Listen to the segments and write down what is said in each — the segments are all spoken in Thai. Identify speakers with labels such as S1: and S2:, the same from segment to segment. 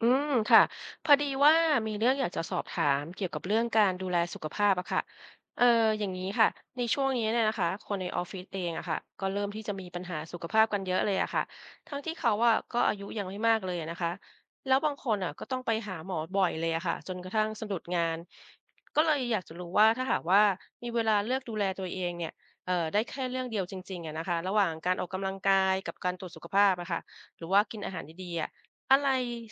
S1: อืมค่ะพอดีว่ามีเรื่องอยากจะสอบถามเกี่ยวกับเรื่องการดูแลสุขภาพอะค่ะเอออย่างนี้ค่ะในช่วงนี้เนี่ยนะคะคนในออฟฟิศเองอะค่ะก็เริ่มที่จะมีปัญหาสุขภาพกันเยอะเลยอะค่ะทั้งที่เขาอะก็อายุยังไม่มากเลยอะนะคะแล้วบางคนอะก็ต้องไปหาหมอบ่อยเลยอะค่ะจนกระทั่งสะดุดงานก็เลยอยากจะรู้ว่าถ้าหากว่ามีเวลาเลือกดูแลตัวเองเนี่ยได้แค่เรื่องเดียวจริงๆอะนะคะระหว่างการออกกำลังกายกับการตรวจสุขภาพอะค่ะหรือว่ากินอาหารดีๆอะ อะไร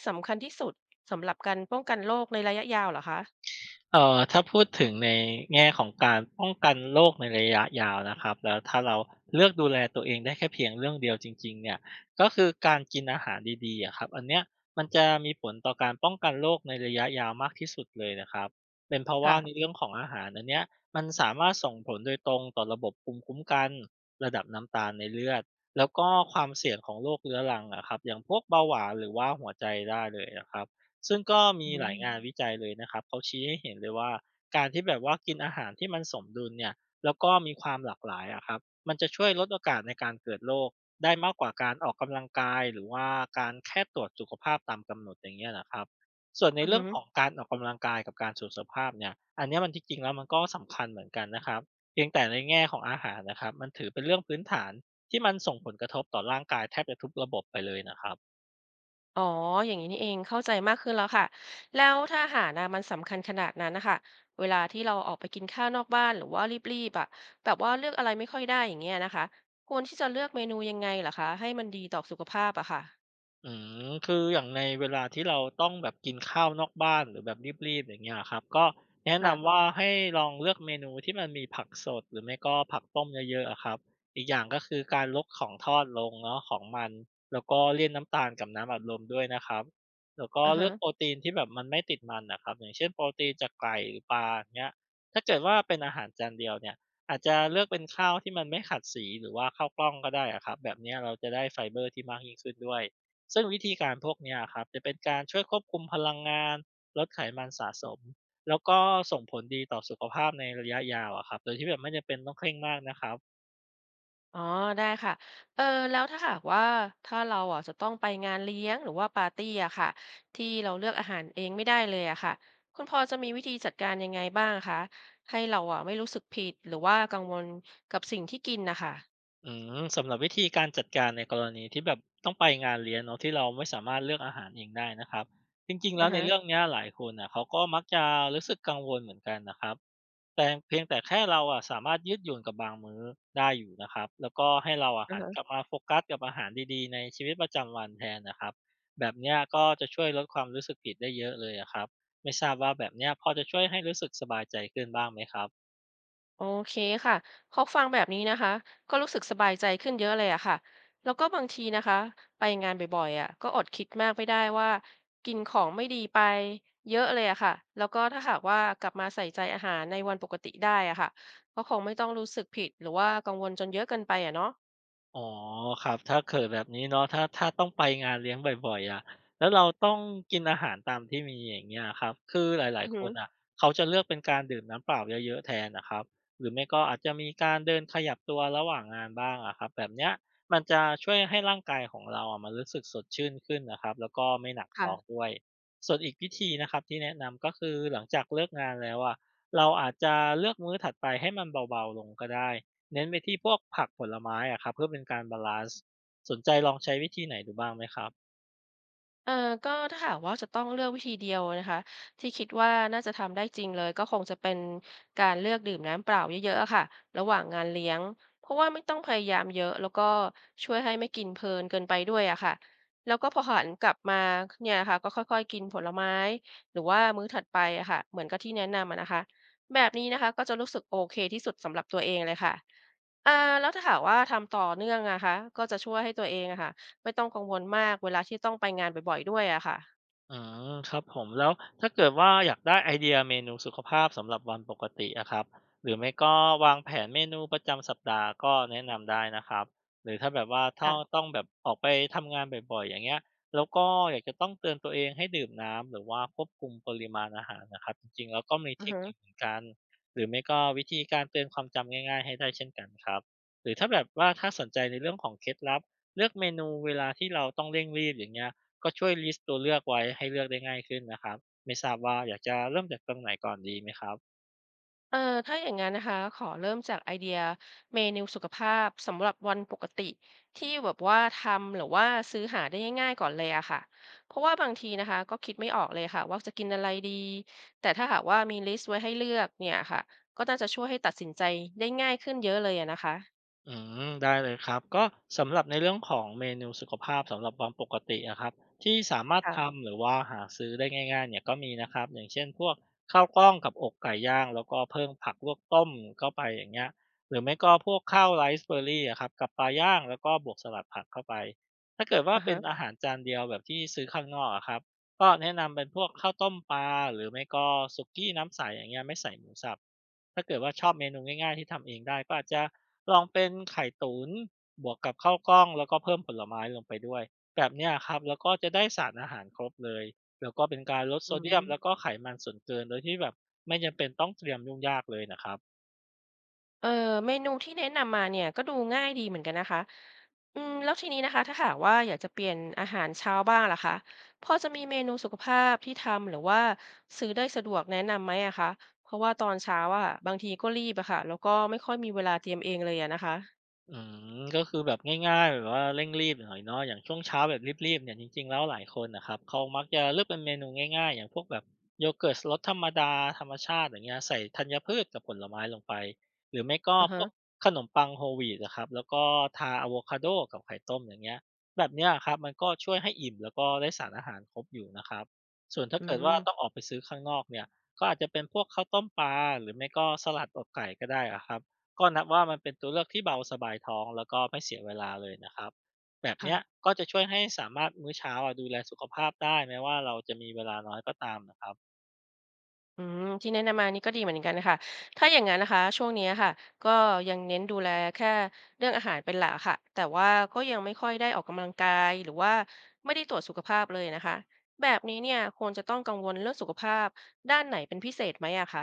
S1: สำคัญที่สุดสำหรับการป้องกันโรคในระยะยาวเหรอคะ
S2: ถ้าพูดถึงในแง่ของการป้องกันโรคในระยะยาวนะครับแล้วถ้าเราเลือกดูแลตัวเองได้แค่เพียงเรื่องเดียวจริงๆเนี่ยก็คือการกินอาหารดีๆอะครับอันเนี้ยมันจะมีผลต่อการป้องกันโรคในระยะยาวมากที่สุดเลยนะครับเป็นเพราะว่าใน
S1: ค่ะ
S2: เรื่องของอาหารอันเนี้ยมันสามารถส่งผลโดยตรงต่อระบบภูมิคุ้มกันระดับน้ำตาลในเลือดแล้วก็ความเสี่ยงของโรคเรื้อรังอะครับอย่างพวกเบาหวานหรือว่าหัวใจได้เลยอะครับ ซึ่งก็มี
S1: อื
S2: ห
S1: ม
S2: ลายงานวิจัยเลยนะครับเขาชี้ให้เห็นเลยว่าการที่แบบว่ากินอาหารที่มันสมดุลเนี่ยแล้วก็มีความหลากหลายอะครับมันจะช่วยลดโอกาสในการเกิดโรคได้มากกว่าการออกกำลังกายหรือว่าการแค่ตรวจสุขภาพตามกำหนดอย่างเงี้ยนะครับส่วนใน
S1: อือ
S2: เรื่
S1: ฮึ
S2: องของการออกกำลังกายกับการสุขภาพเนี่ยอันเนี้ยมันที่จริงแล้วมันก็สำคัญเหมือนกันนะครับเพียงแต่ในแง่ของอาหารนะครับมันถือเป็นเรื่องพื้นฐานที่มันส่งผลกระทบต่อร่างกายแทบจะทุกระบบไปเลยนะครับ
S1: อ๋ออย่างงี้นี่เองเข้าใจมากขึ้นแล้วค่ะแล้วถ้าอาหารน่ะมันสำคัญขนาดนั้นน่ะค่ะเวลาที่เราออกไปกินข้าวนอกบ้านหรือว่ารีบๆอะแบบว่าเลือกอะไรไม่ค่อยได้อย่างเงี้ยนะคะควรที่จะเลือกเมนูยังไงเหรอคะให้มันดีต่อสุขภาพอะค่ะ
S2: อืคืออย่างในเวลาที่เราต้องแบบกินข้าวนอกบ้านหรือแบบรีบๆอย่างเงี้ยครับก็แนะนำ
S1: ค่ะ
S2: ว่าให้ลองเลือกเมนูที่มันมีผักสดหรือไม่ก็ผักต้มเยอะๆอะครับอีกอย่างก็คือการลดของทอดลงเนาะของมันแล้วก็เลี่ยงน้ำตาลกับน้ำอัดลมด้วยนะครับแล้วก็
S1: อะ
S2: เลื
S1: ฮะ
S2: อกโปรตีนที่แบบมันไม่ติดมันน่ะครับอย่างเช่นโปรตีนจากไก่หรือปลาอย่างเงี้ยถ้าเกิดว่าเป็นอาหารจานเดียวเนี่ยอาจจะเลือกเป็นข้าวที่มันไม่ขัดสีหรือว่าข้าวกล้องก็ได้อะครับแบบเนี้ยเราจะได้ไฟเบอร์ที่มากยิ่งขึ้นด้วย ซึ่งวิธีการพวกเนี้ยครับจะเป็นการช่วยควบคุมพลังงานลดไขมันสะสมแล้วก็ส่งผลดีต่อสุขภาพในระยะยาวอะครับโดยที่แบบไม่จำเป็นต้องเคร่งมากนะครับ
S1: อ๋อได้ค่ะเออแล้วถ้าหากว่าถ้าเราอ่ะจะต้องไปงานเลี้ยงหรือว่าปาร์ตี้อะค่ะที่เราเลือกอาหารเองไม่ได้เลยอะค่ะคุณพอจะมีวิธีจัดการยังไงบ้างคะให้เราอ่ะไม่รู้สึกผิดหรือว่ากังวลกับสิ่งที่กินนะคะ
S2: อืสำหรับวิธีการจัดการในกรณีที่แบบต้องไปงานเลี้ยงเนาะที่เราไม่สามารถเลือกอาหารเองได้นะครับจริงๆ
S1: อื
S2: แล้
S1: อ
S2: วใน
S1: ฮะ
S2: เรื่องเนี้ยหลายคนนะเขาก็มักจะรู้สึกกังวลเหมือนกันนะครับ แต่เพียงแต่แค่เราอะสามารถยืดหยุ่นกับบางมื้อได้อยู่นะครับแล้วก็ให้เราอะ
S1: อือ
S2: หัน
S1: ฮะ
S2: กลับมาโฟกัสกับอาหารดีๆในชีวิตประจำวันแทนนะครับแบบเนี้ยก็จะช่วยลดความรู้สึกผิดได้เยอะเลยอะครับไม่ทราบว่าแบบเนี้ยพอจะช่วยให้รู้สึกสบายใจขึ้นบ้างไหมครับ
S1: โอเคค่ะพอฟังแบบนี้นะคะ ก็รู้สึกสบายใจขึ้นเยอะเลยอะค่ะ แล้วก็บางทีนะคะ ไปงานบ่อยๆอะก็อดคิดมากไม่ได้ว่ากินของไม่ดีไปเยอะเลยอะค่ะ แล้วก็ถ้าหากว่ากลับมาใส่ใจอาหารในวันปกติได้อะค่ะก็คงไม่ต้องรู้สึกผิดหรือว่ากังวลจนเยอะเกินไปอะเนาะ
S2: อ๋อครับถ้าเกิดแบบนี้เนาะถ้าต้องไปงานเลี้ยงบ่อยๆอะแล้วเราต้องกินอาหารตามที่มีอย่างเงี้ยครับคือหลาย
S1: อือ
S2: ๆค
S1: หือ
S2: นน่ะเขาจะเลือกเป็นการดื่มน้ำเปล่าเยอะๆแทนน่ะครับหรือไม่ก็อาจจะมีการเดินขยับตัวระหว่างงานบ้างอะครับแบบเนี้ยมันจะช่วยให้ร่างกายของเราอะมันรู้สึกสดชื่นขึ้นนะครับแล้วก็ไม่หนักท้อง
S1: ค่ะ
S2: ด้วยส่วนอีกวิธีนะครับที่แนะนำก็คือหลังจากเลิกงานแล้วอะเราอาจจะเลือกมื้อถัดไปให้มันเบาๆลงก็ได้ เน้นไปที่พวกผักผลไม้อะครับเพื่อเป็นการบาลันซ์สนใจลองใช้วิธีไหนดูบ้างไหมครับ
S1: เออก็ถ้าหากว่าจะต้องเลือกวิธีเดียวนะคะที่คิดว่าน่าจะทำได้จริงเลยก็คงจะเป็นการเลือกดื่มน้ำเปล่าเยอะๆอะค่ะระหว่างงานเลี้ยงเพราะว่าไม่ต้องพยายามเยอะแล้วก็ช่วยให้ไม่กินเพลินเกินไปด้วยอะค่ะแล้วก็พอหันกลับมาเนี่ยนะคะก็ค่อยๆกินผลไม้หรือว่ามื้อถัดไปอะค่ะเหมือนกับที่แนะนำอะนะคะแบบนี้นะคะก็จะรู้สึกโอเคที่สุดสำหรับตัวเองเลยค่ะ อาแล้วถ้าหากว่าทำต่อเนื่องอะคะก็จะช่วยให้ตัวเองอะค่ะไม่ต้องกังวลมากเวลาที่ต้องไปงานบ่อยๆด้วยอะค่ะ
S2: อืครับผมแล้วถ้าเกิดว่าอยากได้ไอเดียเมนูสุขภาพสำหรับวันปกติอะครับหรือไม่ก็วางแผนเมนูประจำสัปดาห์ก็แนะนำได้นะครับหรือถ้าแบบว่าถ้า
S1: ค่ะ
S2: ต้องแบบออกไปทำงานบ่อยๆอย่างเงี้ยแล้วก็อยากจะต้องเตือนตัวเองให้ดื่มน้ำหรือว่าควบคุมปริมาณอาหารนะครับจริงๆแล้วก็มี
S1: อื
S2: เท
S1: อ
S2: ค
S1: ฮึ
S2: นิคเหมือนกันหรือไม่ก็วิธีการเตือนความจำง่ายๆให้ได้เช่นกันครับหรือถ้าแบบว่าถ้าสนใจในเรื่องของเคล็ดลับเลือกเมนูเวลาที่เราต้องเร่งรีบอย่างเงี้ย ก็ช่วยลิสต์ตัวเลือกไว้ให้เลือกได้ง่ายขึ้นนะครับ ไม่ทราบว่าอยากจะเริ่มจากตรงไหนก่อนดีไหมครับ
S1: เออถ้าอย่างงั้นนะคะขอเริ่มจากไอเดียเมนูสุขภาพสำหรับวันปกติที่แบบว่าทำหรือว่าซื้อหาได้ง่ายๆก่อนเลยอะค่ะเพราะว่าบางทีนะคะก็คิดไม่ออกเลยค่ะว่าจะกินอะไรดีแต่ถ้าหากว่ามีลิสต์ไว้ให้เลือกเนี่ยค่ะก็น่าจะช่วยให้ตัดสินใจได้ง่ายขึ้นเยอะเลยอะนะคะ
S2: อืมได้เลยครับก็สำหรับในเรื่องของเมนูสุขภาพสำหรับวันปกติอะครับที่สามารถ
S1: ค่ะ
S2: ทำหรือว่าหาซื้อได้ง่ายๆเนี่ยก็มีนะครับอย่างเช่นพวกข้าวกล้องกับอกไก่ย่างแล้วก็เพิ่มผักลวกต้มเข้าไปอย่างเงี้ยหรือไม่ก็พวกข้าวไรซ์เบอร์รี่อะครับกับปลาย่างแล้วก็บวกสลัดผักเข้าไปถ้าเกิดว่า
S1: อะ
S2: เป็
S1: ฮะ
S2: นอาหารจานเดียวแบบที่ซื้อข้างนอกอะครับก็แนะนำเป็นพวกข้าวต้มปลาหรือไม่ก็สุกี้น้ำใสอย่างเงี้ยไม่ใส่หมูสับถ้าเกิดว่าชอบเมนูง่ายๆที่ทำเองได้ก็อาจจะ ลองเป็นไข่ตุ๋นบวกกับข้าวกล้องแล้วก็เพิ่มผลไม้ลงไปด้วยแบบเนี้ยครับแล้วก็จะได้สารอาหารครบเลยแล้วก็เป็นการลดโซ
S1: อื
S2: เดียมแล้วก็
S1: ม
S2: ไขมันส่วนเกินโดยที่แบบไม่จำเป็นต้องเตรียมยุ่งยากเลยนะครับ
S1: เออเมนูที่แนะนำมาเนี่ยก็ดูง่ายดีเหมือนกันนะคะอืมแล้วทีนี้นะคะถ้าหากว่าอยากจะเปลี่ยนอาหารเช้าบ้างล่ะคะพอจะมีเมนูสุขภาพที่ทำหรือว่าซื้อได้สะดวกแนะนำไหมอะคะเพราะว่าตอนเช้าอะบางทีก็รีบอะค่ะแล้วก็ไม่ค่อยมีเวลาเตรียมเองเลยอะนะคะ
S2: อืมก็คือแบบง่ายๆแบบว่าเร่งรีบหน่อยเนาะอย่างช่วงเช้าแบบรีบๆเนี่ยจริงๆแล้วหลายคนน่ะครับเขามักจะเลือกเป็นเมนูง่ายๆอย่างพวกแบบโยเกิร์ตรสธรรมดาธรรมชาติอย่างเงี้ยใส่ธัญพืชกับผลไม้ลงไปหรือไม่ก็
S1: อือ
S2: พ
S1: ฮะ
S2: วกขนมปัง Whole wheat อะครับแล้วก็ทาอะโวคาโดกับไข่ต้มอย่างเงี้ยแบบเนี้ยอะครับมันก็ช่วยให้อิ่มแล้วก็ได้สารอาหารครบอยู่นะครับส่วนถ้า
S1: อื
S2: เกิด
S1: ม
S2: ว่าต้องออกไปซื้อข้างนอกเนี่ยก็อาจจะเป็นพวกข้าวต้มปลาหรือไม่ก็สลัดอกไก่ก็ได้อะครับ ก็นับว่ามันเป็นตัวเลือกที่เบาสบายท้องแล้วก็ไม่เสียเวลาเลยนะครับแบบเนี้ย
S1: ค่ะ
S2: ก็จะช่วยให้สามารถมื้อเช้าอะดูแลสุขภาพได้แม้ว่าเราจะมีเวลาน้อยก็ตามนะครับ
S1: อืมที่แนะนำมานี่ก็ดีเหมือนกันนะคะถ้าอย่างนั้นนะคะช่วงนี้ค่ะก็ยังเน้นดูแลแค่เรื่องอาหารเป็นหลักค่ะแต่ว่าก็ยังไม่ค่อยได้ออกกำลังกายหรือว่าไม่ได้ตรวจสุขภาพเลยนะคะแบบนี้เนี่ยควรจะต้องกังวลเรื่องสุขภาพด้านไหนเป็นพิเศษไหมอะคะ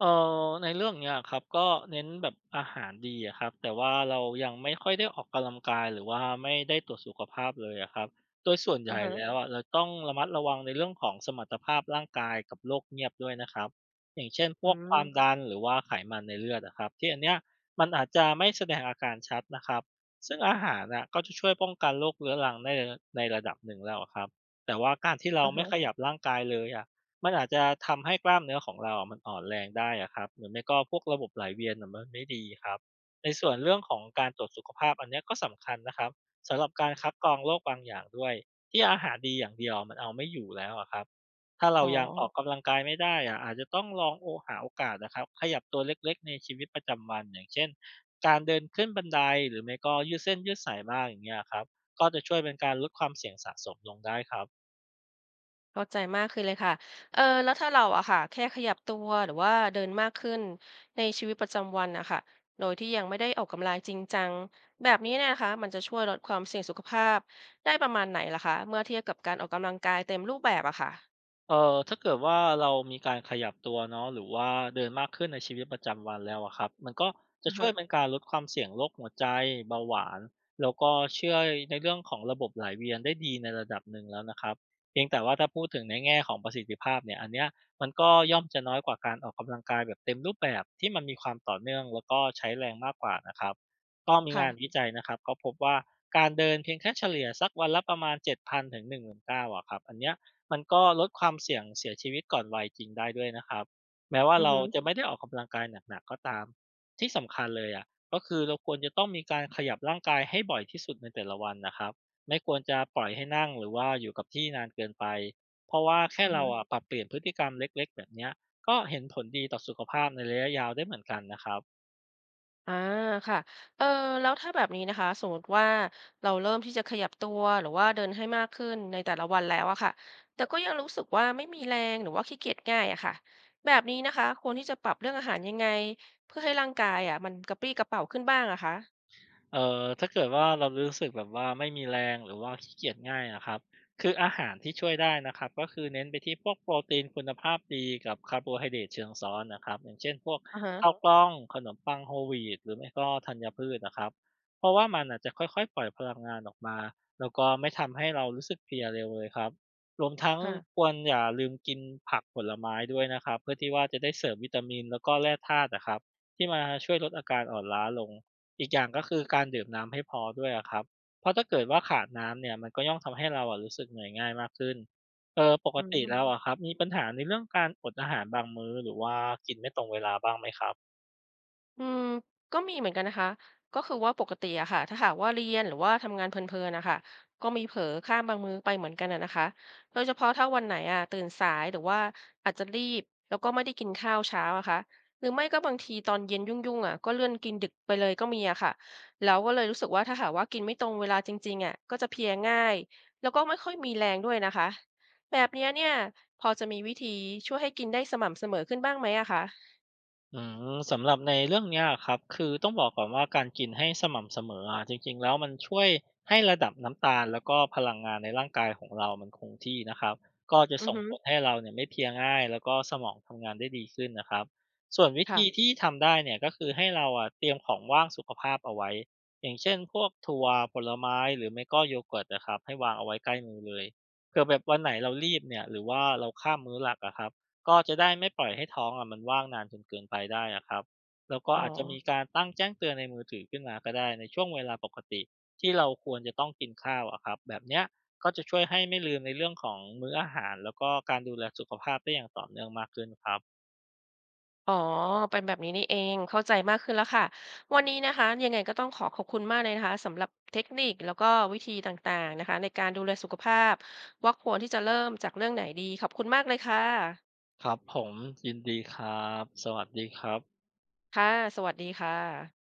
S2: เอ่ในเรื่องเนี้ยครับก็เน้นแบบอาหารดีอะครับแต่ว่าเรายังไม่ค่อยได้ออกกำลังกายหรือว่าไม่ได้ตรวจสุขภาพเลยอะครับโดยส่วนให
S1: อะ
S2: ญ่
S1: ฮะ
S2: แล้วอะเราต้องระมัดระวังในเรื่องของสมรรถภาพร่างกายกับโรคเงียบด้วยนะครับอย่างเช่นพ
S1: อื
S2: วกค
S1: ม
S2: วามดันหรือว่าไขมันในเลือดอะครับที่อันเนี้ยมันอาจจะไม่แสดงอาการชัดนะครับซึ่งอาหารน่ะก็จะช่วยป้องกันโรคเรื้อรังได้ในระดับหนึ่งแล้วอะครับแต่ว่าการที่เรา
S1: อะ
S2: ไม่
S1: ฮะ
S2: ขยับร่างกายเลยอะ มันอาจจะทำให้กล้ามเนื้อของเราอะมันอ่อนแรงได้อะครับหรือไม่ก็พวกระบบไหลเวียนอะมันไม่ดีครับในส่วนเรื่องของการตรวจสุขภาพอันเนี้ยก็สำคัญนะครับสำหรับการคัดกรองโรคบางอย่างด้วยที่อาหารดีอย่างเดียวมันเอาไม่อยู่แล้วอะครับถ้าเรา
S1: อ๋อ
S2: ยังออกกำลังกายไม่ได้อะอาจจะต้องลองหาโอกาสนะครับขยับตัวเล็กๆในชีวิตประจำวันอย่างเช่นการเดินขึ้นบันไดหรือไม่ก็ยืดเส้นยืดสายบ้างอย่างเงี้ยครับก็จะช่วยเป็นการลดความเสี่ยงสะสมลงได้ครับ
S1: เข้าใจมากขึ้นเลยค่ะแล้วถ้าเราอะค่ะแค่ขยับตัวหรือว่าเดินมากขึ้นในชีวิตประจำวันอะค่ะโดยที่ยังไม่ได้ออกกำลังจริงจังแบบนี้เนยนะคะ มันจะช่วยลดความเสี่ยงสุขภาพได้ประมาณไหนล่ะคะ เมื่อเทียบกับการออกกำลังกายเต็มรูปแบบอะค่ะ
S2: ถ้าเกิดว่าเรามีการขยับตัวเนาะหรือว่าเดินมากขึ้นในชีวิตประจำวันแล้วอะครับมันก็จะ
S1: อือ
S2: ช่วย
S1: ฮะ
S2: เป็นการลดความเสี่ยงโรคหัวใจเบาหวานแล้วก็ช่วยในเรื่องของระบบไหลเวียนได้ดีในระดับหนึ่งแล้วนะครับเพียงแต่ว่าถ้าพูดถึงในแง่ของประสิทธิภาพเนี่ยอันเนี้ยมันก็ย่อมจะน้อยกว่าการออกกำลังกายแบบเต็มรูปแบบที่มันมีความต่อเนื่องแล้วก็ใช้แรงมากกว่านะครับก็มี
S1: ค่ะ
S2: งานวิจัยนะครับเขาพบว่าการเดินเพียงแค่เฉลี่ยสักวันละประมาณ7,000 ถึง 19,000อะครับอันเนี้ย มันก็ลดความเสี่ยงเสียชีวิตก่อนวัยจริงได้ด้วยนะครับแม้ว่า
S1: อือ
S2: เรา
S1: ฮึ
S2: จะไม่ได้ออกกำลังกายหนักๆก็ตามที่สำคัญเลยอ่ะก็คือเราควรจะต้องมีการขยับร่างกายให้บ่อยที่สุดในแต่ละวันนะครับไม่ควรจะปล่อยให้นั่งหรือว่าอยู่กับที่นานเกินไปเพราะว่าแค่
S1: อือ
S2: เรา
S1: ฮึ
S2: อ่ะปรับเปลี่ยนพฤติกรรมเล็กๆแบบเนี้ยก็เห็นผลดีต่อสุขภาพในระยะยาวได้เหมือนกันนะครับ
S1: อาค่ะเออแล้วถ้าแบบนี้นะคะสมมติว่าเราเริ่มที่จะขยับตัวหรือว่าเดินให้มากขึ้นในแต่ละวันแล้วอะค่ะแต่ก็ยังรู้สึกว่าไม่มีแรงหรือว่าขี้เกียจง่ายอะค่ะแบบนี้นะคะควรที่จะปรับเรื่องอาหารยังไงเพื่อให้ร่างกายอะมันกระปรี้กระเปร่าขึ้นบ้างอะคะ
S2: ถ้าเกิดว่าเรารู้สึกแบบว่าไม่มีแรงหรือว่าขี้เกียจง่ายนะครับคืออาหารที่ช่วยได้นะครับก็คือเน้นไปที่พวกโปรตีนคุณภาพดีกับคาร์โบไฮเดรตเชิงซ้อนนะครับอย่างเช่นพวก
S1: อะฮะ
S2: ข้าวกล้องขนมปังโฮลวีตหรือไม่ก็ธัญพืชนะครับเพราะว่ามันอาจจะค่อยๆปล่อยพลังงานออกมาแล้วก็ไม่ทำให้เรารู้สึกเพลียเร็วเลยครับรวมทั้ง
S1: ค่ะ
S2: ควรอย่าลืมกินผักผลไม้ด้วยนะครับเพื่อที่ว่าจะได้เสริมวิตามินแล้วก็แร่ธาตุนะครับที่มาช่วยลดอาการอ่อนล้าลง อีกอย่างก็คือการดื่มน้ำให้พอด้วยอะครับ เพราะถ้าเกิดว่าขาดน้ำเนี่ยมันก็ย่อมทำให้เราอะรู้สึกเหนื่อยง่ายมากขึ้น เออปก
S1: อื
S2: ติ
S1: ม
S2: แล้วอะครับมีปัญหาในเรื่องการอดอาหารบางมื้อหรือว่ากินไม่ตรงเวลาบ้างไหมครับ
S1: อืมก็มีเหมือนกันนะคะก็คือว่าปกติอะค่ะถ้าหากว่าเรียนหรือว่าทำงานเพลินๆนะคะก็มีเผลอข้ามบางมื้อไปเหมือนกันอะนะคะโดยเฉพาะถ้าวันไหนอะตื่นสายหรือว่าอาจจะรีบแล้วก็ไม่ได้กินข้าวเช้าอะค่ะหรือไม่ก็บางทีตอนเย็นยุ่งๆอะก็เลื่อนกินดึกไปเลยก็มีอะค่ะแล้วก็เลยรู้สึกว่าถ้าหากว่ากินไม่ตรงเวลาจริงๆอะก็จะเพลียง่ายแล้วก็ไม่ค่อยมีแรงด้วยนะคะแบบเนี้ยเนี่ยพอจะมีวิธีช่วยให้กินได้สม่ำเสมอขึ้นบ้างไหมอะคะ
S2: อืมสำหรับในเรื่องเนี้ยครับคือต้องบอกก่อนว่าการกินให้สม่ำเสมออะจริงๆแล้วมันช่วยให้ระดับน้ำตาลแล้วก็พลังงานในร่างกายของเรามันคงที่นะครับก็จะ
S1: อือ
S2: ส่ง
S1: ฮึ
S2: ผลให้เราเนี่ยไม่เพลียง่ายแล้วก็สมองทำงานได้ดีขึ้นนะครับส่วนวิธี
S1: ค่ะ
S2: ที่ทำได้เนี่ยก็คือให้เราอะเตรียมของว่างสุขภาพเอาไว้อย่างเช่นพวกถั่วผลไม้หรือไม่ก็โยเกิร์ตนะครับให้วางเอาไว้ใกล้มือเลยเผื่อแบบวันไหนเรารีบเนี่ยหรือว่าเราข้ามมื้อหลักอะครับ ก็จะได้ไม่ปล่อยให้ท้องอะมันว่างนานจนเกินไปได้อะครับแล้วก็
S1: อ๋อ
S2: อาจจะมีการตั้งแจ้งเตือนในมือถือขึ้นมาก็ได้ในช่วงเวลาปกติที่เราควรจะต้องกินข้าวอะครับแบบเนี้ยก็จะช่วยให้ไม่ลืมในเรื่องของมื้ออาหารแล้วก็การดูแลสุขภาพได้อย่างต่อเนื่องมากขึ้นครับ
S1: อ๋อเป็นแบบนี้นี่เองเข้าใจมากขึ้นแล้วค่ะวันนี้นะคะยังไงก็ต้องขอขอบคุณมากเลยนะคะสำหรับเทคนิคแล้วก็วิธีต่างๆนะคะในการดูแลสุขภาพว่าควรที่จะเริ่มจากเรื่องไหนดีขอบคุณมากเลยค่ะ
S2: ครับผมยินดีครับสวัสดีครับ
S1: ค่ะสวัสดีค่ะ